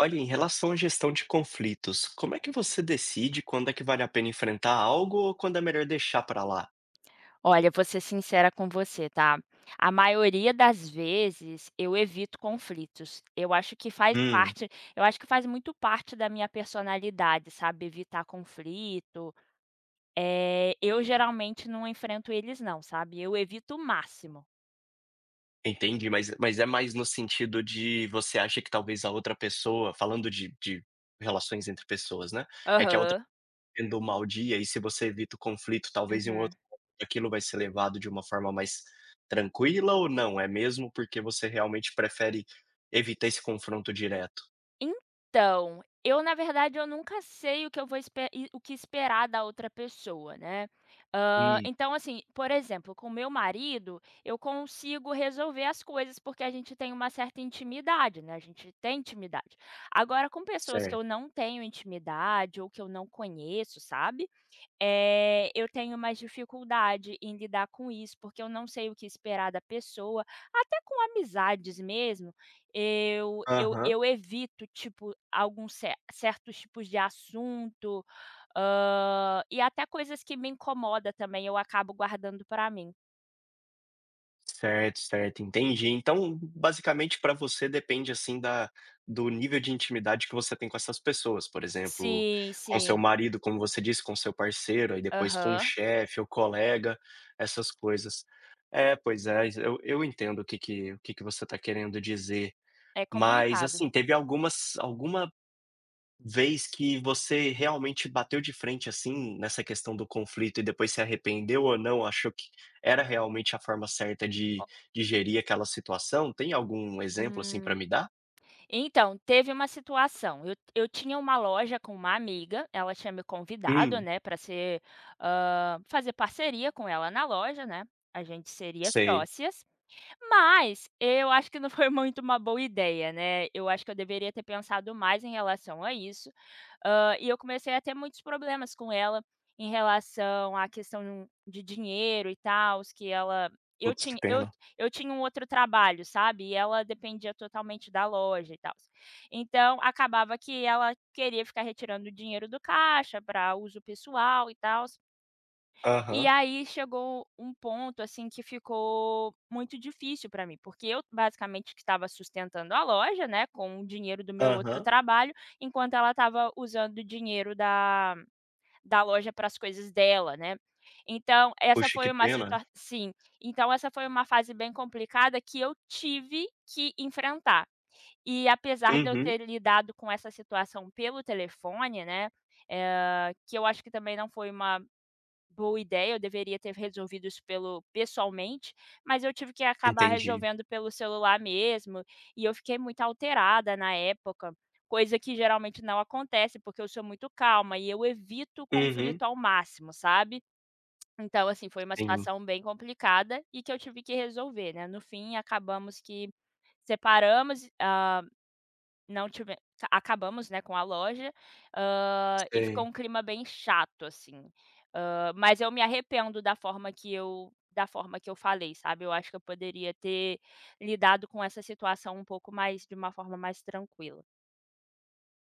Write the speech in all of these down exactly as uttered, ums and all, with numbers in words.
Olha, em relação à gestão de conflitos, como é que você decide quando é que vale a pena enfrentar algo ou quando é melhor deixar pra lá? Olha, vou ser sincera com você, tá? A maioria das vezes eu evito conflitos. Eu acho que faz Hum, parte eu acho que faz muito parte da minha personalidade, sabe, evitar conflito. Eh, eu geralmente não enfrento eles não, sabe, eu evito o máximo. entendi, mas mas é mais no sentido de você acha que talvez a outra pessoa falando de de relações entre pessoas, né, é que a outra tá Aham. tendo um mau dia e se você evita o conflito, talvez em um Uhum. outro momento aquilo vai ser levado de uma forma mais tranquila ou não? É mesmo porque você realmente prefere evitar esse confronto direto? Então, eu na verdade eu nunca sei o que eu vou espe e o que esperar da outra pessoa, né. Hã, Hum, Então assim, por exemplo, com meu marido, eu consigo resolver as coisas, porque a gente tem uma certa intimidade, né, a gente tem intimidade. Agora com pessoas que certo. eu não tenho intimidade ou que eu não conheço, sabe, eh, eu tenho mais dificuldade em lidar com isso, porque eu não sei o que esperar da pessoa, até com amizades mesmo, eu eu Aham. eu evito, tipo, alguns ce certos tipos de assunto, hã, e até coisas que me incomoda também, eu acabo guardando para mim. Certo, certo, entendi. Então, basicamente, para você depende assim da do nível de intimidade que você tem com essas pessoas, por exemplo, Sim, com seu sim. marido, como você disse, com seu parceiro, aí depois com o Aham. chefe ou colega, essas coisas. É, pois é, eu, eu entendo o que que, o que que você está querendo dizer. É Mas complicado. assim, teve algumas alguma vez que você realmente bateu de frente, assim, nessa questão do conflito e depois se arrependeu ou não, achou que era realmente a forma certa O de de gerir aquela situação? Tem algum exemplo, assim, pra hum. me dar? Então, teve uma situação, eu eu tinha uma loja com uma amiga, ela tinha me convidado, Hum, né, para ser, hã, fazer parceria com ela na loja, né, a gente seria sei. sócias. Mas eu acho que não foi muito uma boa ideia, né, eu acho que eu deveria ter pensado mais em relação a isso, hã, e eu comecei a ter muitos problemas com ela em relação à questão de dinheiro e tal, que ela eu Putz, que tinha eu pena. eu tinha um outro trabalho, sabe, e ela dependia totalmente da loja e tal. Então, acabava que ela queria ficar retirando o dinheiro do caixa para uso pessoal e tal. E Aham, aí chegou um ponto, assim, que ficou muito difícil para mim, porque eu basicamente que estava sustentando a loja, né, com o dinheiro do meu outro aham. trabalho, enquanto ela estava usando o dinheiro da da loja para as coisas dela, né. Então essa Poxa, que foi uma situa pena. sim, então essa foi uma fase bem complicada que eu tive que enfrentar. E apesar de eu Uhum, ter lidado com essa situação pelo telefone, né, eh, que eu acho que também não foi uma boa ideia, eu deveria ter resolvido isso pelo pessoalmente, mas eu tive que acabar entendi. resolvendo pelo celular mesmo, e eu fiquei muito alterada na época, coisa que geralmente não acontece, porque eu sou muito calma e eu evito o Uhum, conflito ao máximo, sabe. Então, assim, foi uma sim, situação bem complicada e que eu tive que resolver, né. No fim, acabamos que separamos, hã não tive ca acabamos, né, com a loja, hã, e ficou sei. um clima bem chato, assim. Hã, mas eu me arrependo da forma que eu da forma que eu falei, sabe. Eu acho que eu poderia ter lidado com essa situação um pouco mais de uma forma mais tranquila.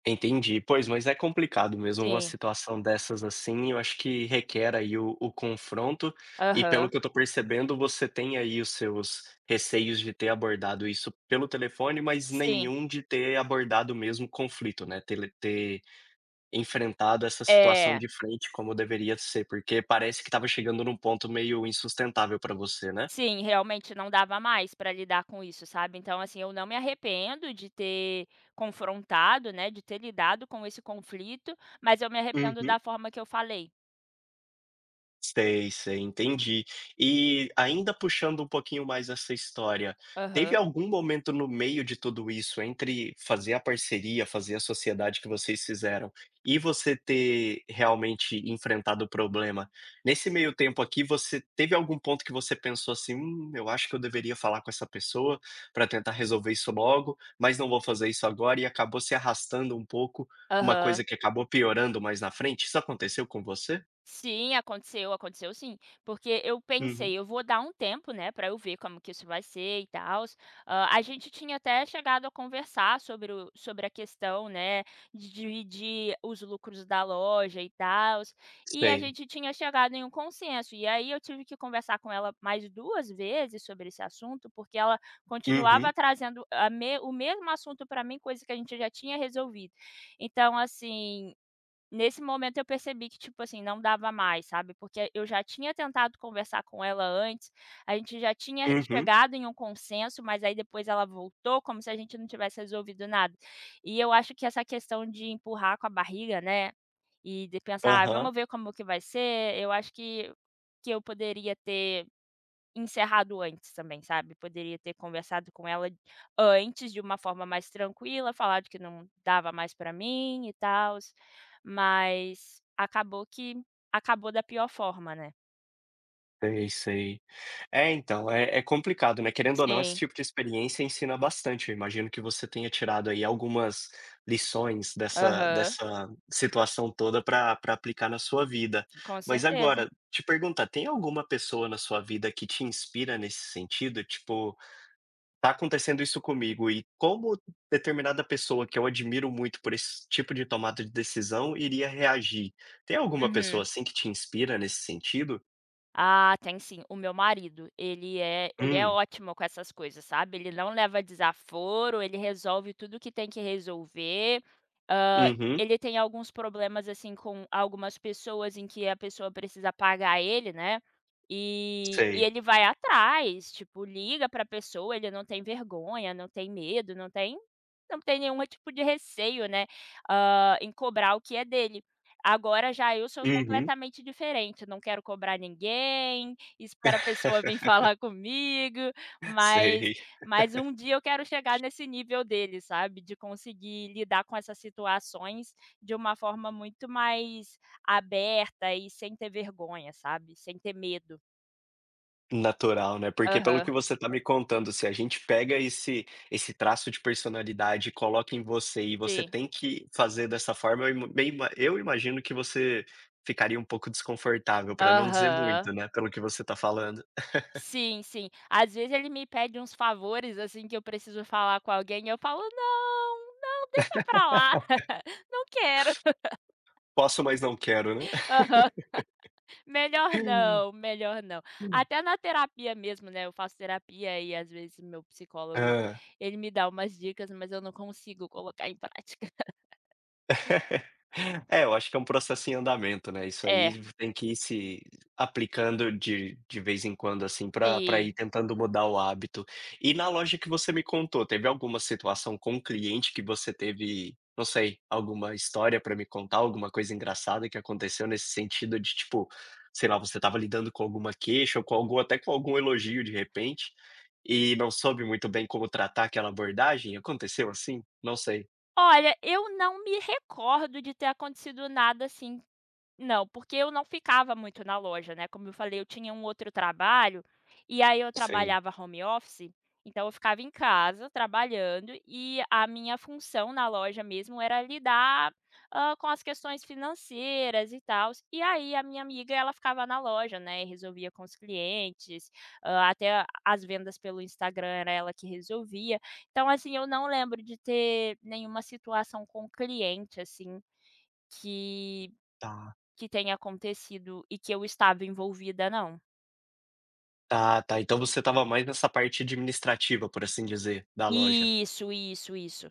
Entendi. Pois, mas é complicado mesmo uma Sim. situação dessas, assim, eu acho que requer aí o o confronto, e pelo Aham. que eu estou percebendo, você tem aí os seus receios de ter abordado isso pelo telefone, mas Sim. nenhum de ter abordado mesmo o conflito, né, ter ter enfrentado essa situação É. de frente como deveria ser, porque parece que estava chegando num ponto meio insustentável para você, né? Sim, realmente não dava mais para lidar com isso, sabe. Então, assim, eu não me arrependo de ter confrontado, né, de ter lidado com esse conflito, mas eu me arrependo da forma que eu falei. Sei, sei, entendi. E ainda puxando um pouquinho mais essa história, teve Aham. algum momento no meio de tudo isso, entre fazer a parceria, fazer a sociedade que vocês fizeram e você ter realmente enfrentado o problema, nesse meio tempo aqui, você teve algum ponto que você pensou assim: "Hum, eu acho que eu deveria falar com essa pessoa para tentar resolver isso logo, mas não vou fazer isso agora", e acabou se arrastando um pouco, uma coisa Aham. que acabou piorando mais na frente? Isso aconteceu com você? Sim, aconteceu, aconteceu sim. Porque eu Uhum. pensei: "Eu vou dar um tempo, né, pra eu ver como que isso vai ser e tal." Ah, a gente tinha até chegado a conversar sobre o sobre a questão, né, de dividir os lucros da loja e tal, e a Sei. gente tinha chegado em um consenso. E aí eu tive que conversar com ela mais duas vezes sobre esse assunto, porque ela continuava Uhum, trazendo a me o mesmo assunto pra mim, coisa que a gente já tinha resolvido. Então assim, nesse momento eu percebi que, tipo assim, não dava mais, sabe, porque eu já tinha tentado conversar com ela antes, a gente já tinha uhum, chegado em um consenso, mas aí depois ela voltou como se a gente não tivesse resolvido nada. E eu acho que essa questão de empurrar com a barriga, né, e de pensar: "Ah, aham. vamos ver como que vai ser", eu acho que que eu poderia ter encerrado antes também, sabe. Poderia ter conversado com ela antes de uma forma mais tranquila, falado que não dava mais pra mim e tal, mas acabou que acabou da pior forma, né. Sei, sei. É, então, é é complicado, né, querendo ou não, esse Sim, tipo de experiência ensina bastante. Eu imagino que você tenha tirado aí algumas lições dessa aham, dessa situação toda para para aplicar na sua vida. com Mas certeza. agora, te perguntar, tem alguma pessoa na sua vida que te inspira nesse sentido? Tipo, tá acontecendo isso comigo, e como determinada pessoa que eu admiro muito por esse tipo de tomada de decisão iria reagir. Tem alguma pessoa Uhum. assim que te inspira nesse sentido? Ah, tem sim. O meu marido, ele é ele é Hum, ótimo com essas coisas, sabe. Ele não leva desaforo, ele resolve tudo que tem que resolver. Hã, uhum, Ele tem alguns problemas, assim, com algumas pessoas em que a pessoa precisa pagar ele, né, e e sei. ele vai atrás, tipo, liga pra pessoa, ele não tem vergonha, não tem medo, não tem não tem nenhum tipo de receio, né, hã, em cobrar o que é dele. Agora já eu sou Uhum. completamente diferente, não quero cobrar ninguém, espero a pessoa vim falar comigo, mas Sei. mas um dia eu quero chegar nesse nível dele, sabe, de conseguir lidar com essas situações de uma forma muito mais aberta e sem ter vergonha, sabe, sem ter medo. Natural, né, porque pelo Aham, que você tá me contando, se a gente pega esse esse traço de personalidade e coloca em você e você sim. tem que fazer dessa forma, eu im bem ima eu imagino que você ficaria um pouco desconfortável, para não dizer Aham. muito, né, pelo que você tá falando. Sim, sim. Às vezes ele me pede uns favores, assim, que eu preciso falar com alguém e eu falo: "Não, não, deixa pra lá, não quero". Posso, mas não quero, né. Aham. Melhor não, melhor não. Até na terapia mesmo, né, eu faço terapia e às vezes meu psicólogo, Hã. ele me dá umas dicas, mas eu não consigo colocar em prática. É, eu acho que é um processo em andamento, né, isso É, aí tem que ir se aplicando de de vez em quando, assim, para para ir sim. tentando mudar o hábito. E na loja que você me contou, teve alguma situação com o cliente que você teve, não sei, alguma história para me contar, alguma coisa engraçada que aconteceu nesse sentido de, tipo, sei lá, você estava lidando com alguma queixa ou com algum até com algum elogio, de repente, e não soube muito bem como tratar aquela abordagem? Aconteceu assim? Não sei. Olha, eu não me recordo de ter acontecido nada assim. Não, porque eu não ficava muito na loja, né, como eu falei, eu tinha um outro trabalho, e aí eu Sei. trabalhava home office, então eu ficava em casa trabalhando e a minha função na loja mesmo era lidar, hã, com as questões financeiras e tal. E aí a minha amiga, ela ficava na loja, né, e resolvia com os clientes, hã, até a- as vendas pelo Instagram era ela que resolvia. Então, assim, eu não lembro de ter nenhuma situação com cliente, assim, que Tá, que tenha acontecido e que eu estava envolvida, não. tá, tá. Então você estava mais nessa parte administrativa, por assim dizer, da loja. Isso, isso, isso.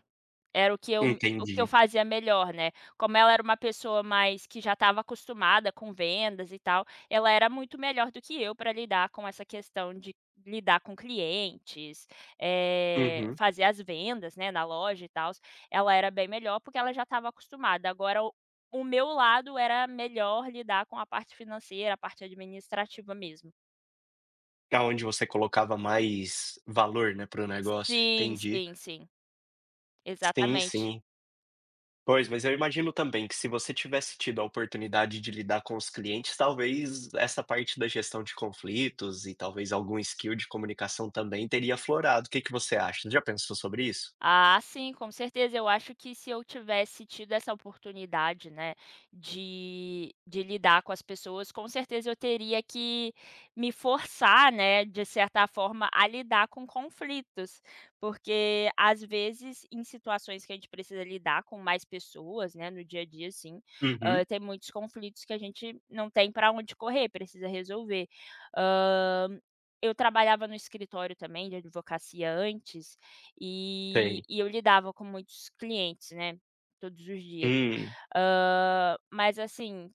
Era o que eu o que eu Entendi. fazia melhor, né. Como ela era uma pessoa mais que já estava acostumada com vendas e tal, ela era muito melhor do que eu para lidar com essa questão de lidar com clientes, eh, Uhum. fazer as vendas, né, na loja e tal. Ela era bem melhor, porque ela já estava acostumada. Agora o o meu lado era melhor lidar com a parte financeira, a parte administrativa mesmo. Aonde você colocava mais valor, né, para o negócio. Sim, Entendi. sim, sim. Sim, sim. Exatamente. Pois, mas eu imagino também que se você tivesse tido a oportunidade de lidar com os clientes, talvez essa parte da gestão de conflitos e talvez algum skill de comunicação também teria aflorado. O que que você acha? Já pensou sobre isso? Ah, sim, com certeza. Eu acho que se eu tivesse tido essa oportunidade, né, de de lidar com as pessoas, com certeza eu teria que me forçar, né, de certa forma, a lidar com conflitos. Porque, às vezes, em situações que a gente precisa lidar com mais pessoas, né, no dia a dia, assim, hã, Uhum. tem muitos conflitos que a gente não tem para onde correr, precisa resolver. Hã, eu trabalhava no escritório também de advocacia antes, E Tem. e eu lidava com muitos clientes, né, todos os dias. Hum, Hã, mas assim,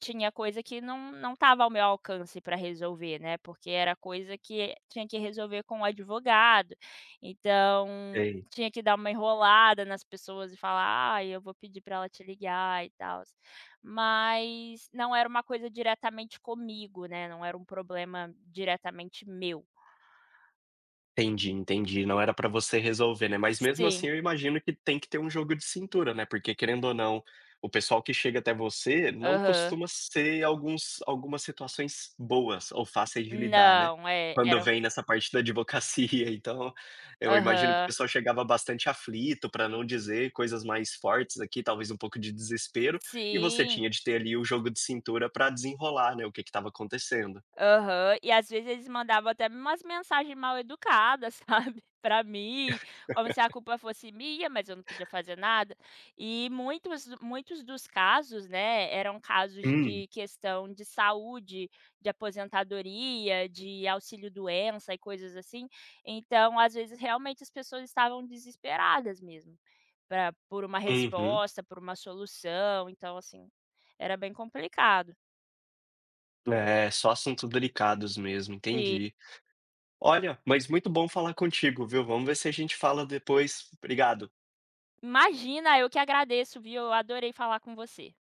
tinha coisa que não não estava ao meu alcance para resolver, né, porque era coisa que tinha que resolver com o advogado, então tem. tinha que dar uma enrolada nas pessoas e falar: ah, eu vou pedir para ela te ligar e tal. Mas não era uma coisa diretamente comigo, né, não era um problema diretamente meu. Entendi, entendi. Não era pra você resolver, né. Mas mesmo assim Sim, eu imagino que tem que ter um jogo de cintura, né, porque querendo ou não, o pessoal que chega até você não aham. costuma ser alguns algumas situações boas ou fáceis de lidar, né, Não, é, quando era. vem nessa parte da advocacia. Então, eu imagino que o Aham. pessoal chegava bastante aflito, pra não dizer coisas mais fortes aqui, talvez um pouco de desespero, e você Sim. tinha de ter ali o jogo de cintura pra desenrolar, né, o que que estava acontecendo. Aham. E às vezes eles mandavam até umas mensagens mal educadas, sabe, pra mim, como se a culpa fosse minha, mas eu não podia fazer nada. E muitos muitos dos casos, né, eram casos de Hum. questão de saúde, de aposentadoria, de auxílio-doença e coisas assim. Então, às vezes, realmente as pessoas estavam desesperadas mesmo pra por uma Uhum. resposta, por uma solução, então assim, era bem complicado. É, só assuntos delicados mesmo, Sim. entendi. Olha, mas muito bom falar contigo, viu? Vamos ver se a gente fala depois. Obrigado. Imagina, eu que agradeço, viu? Eu adorei falar com você.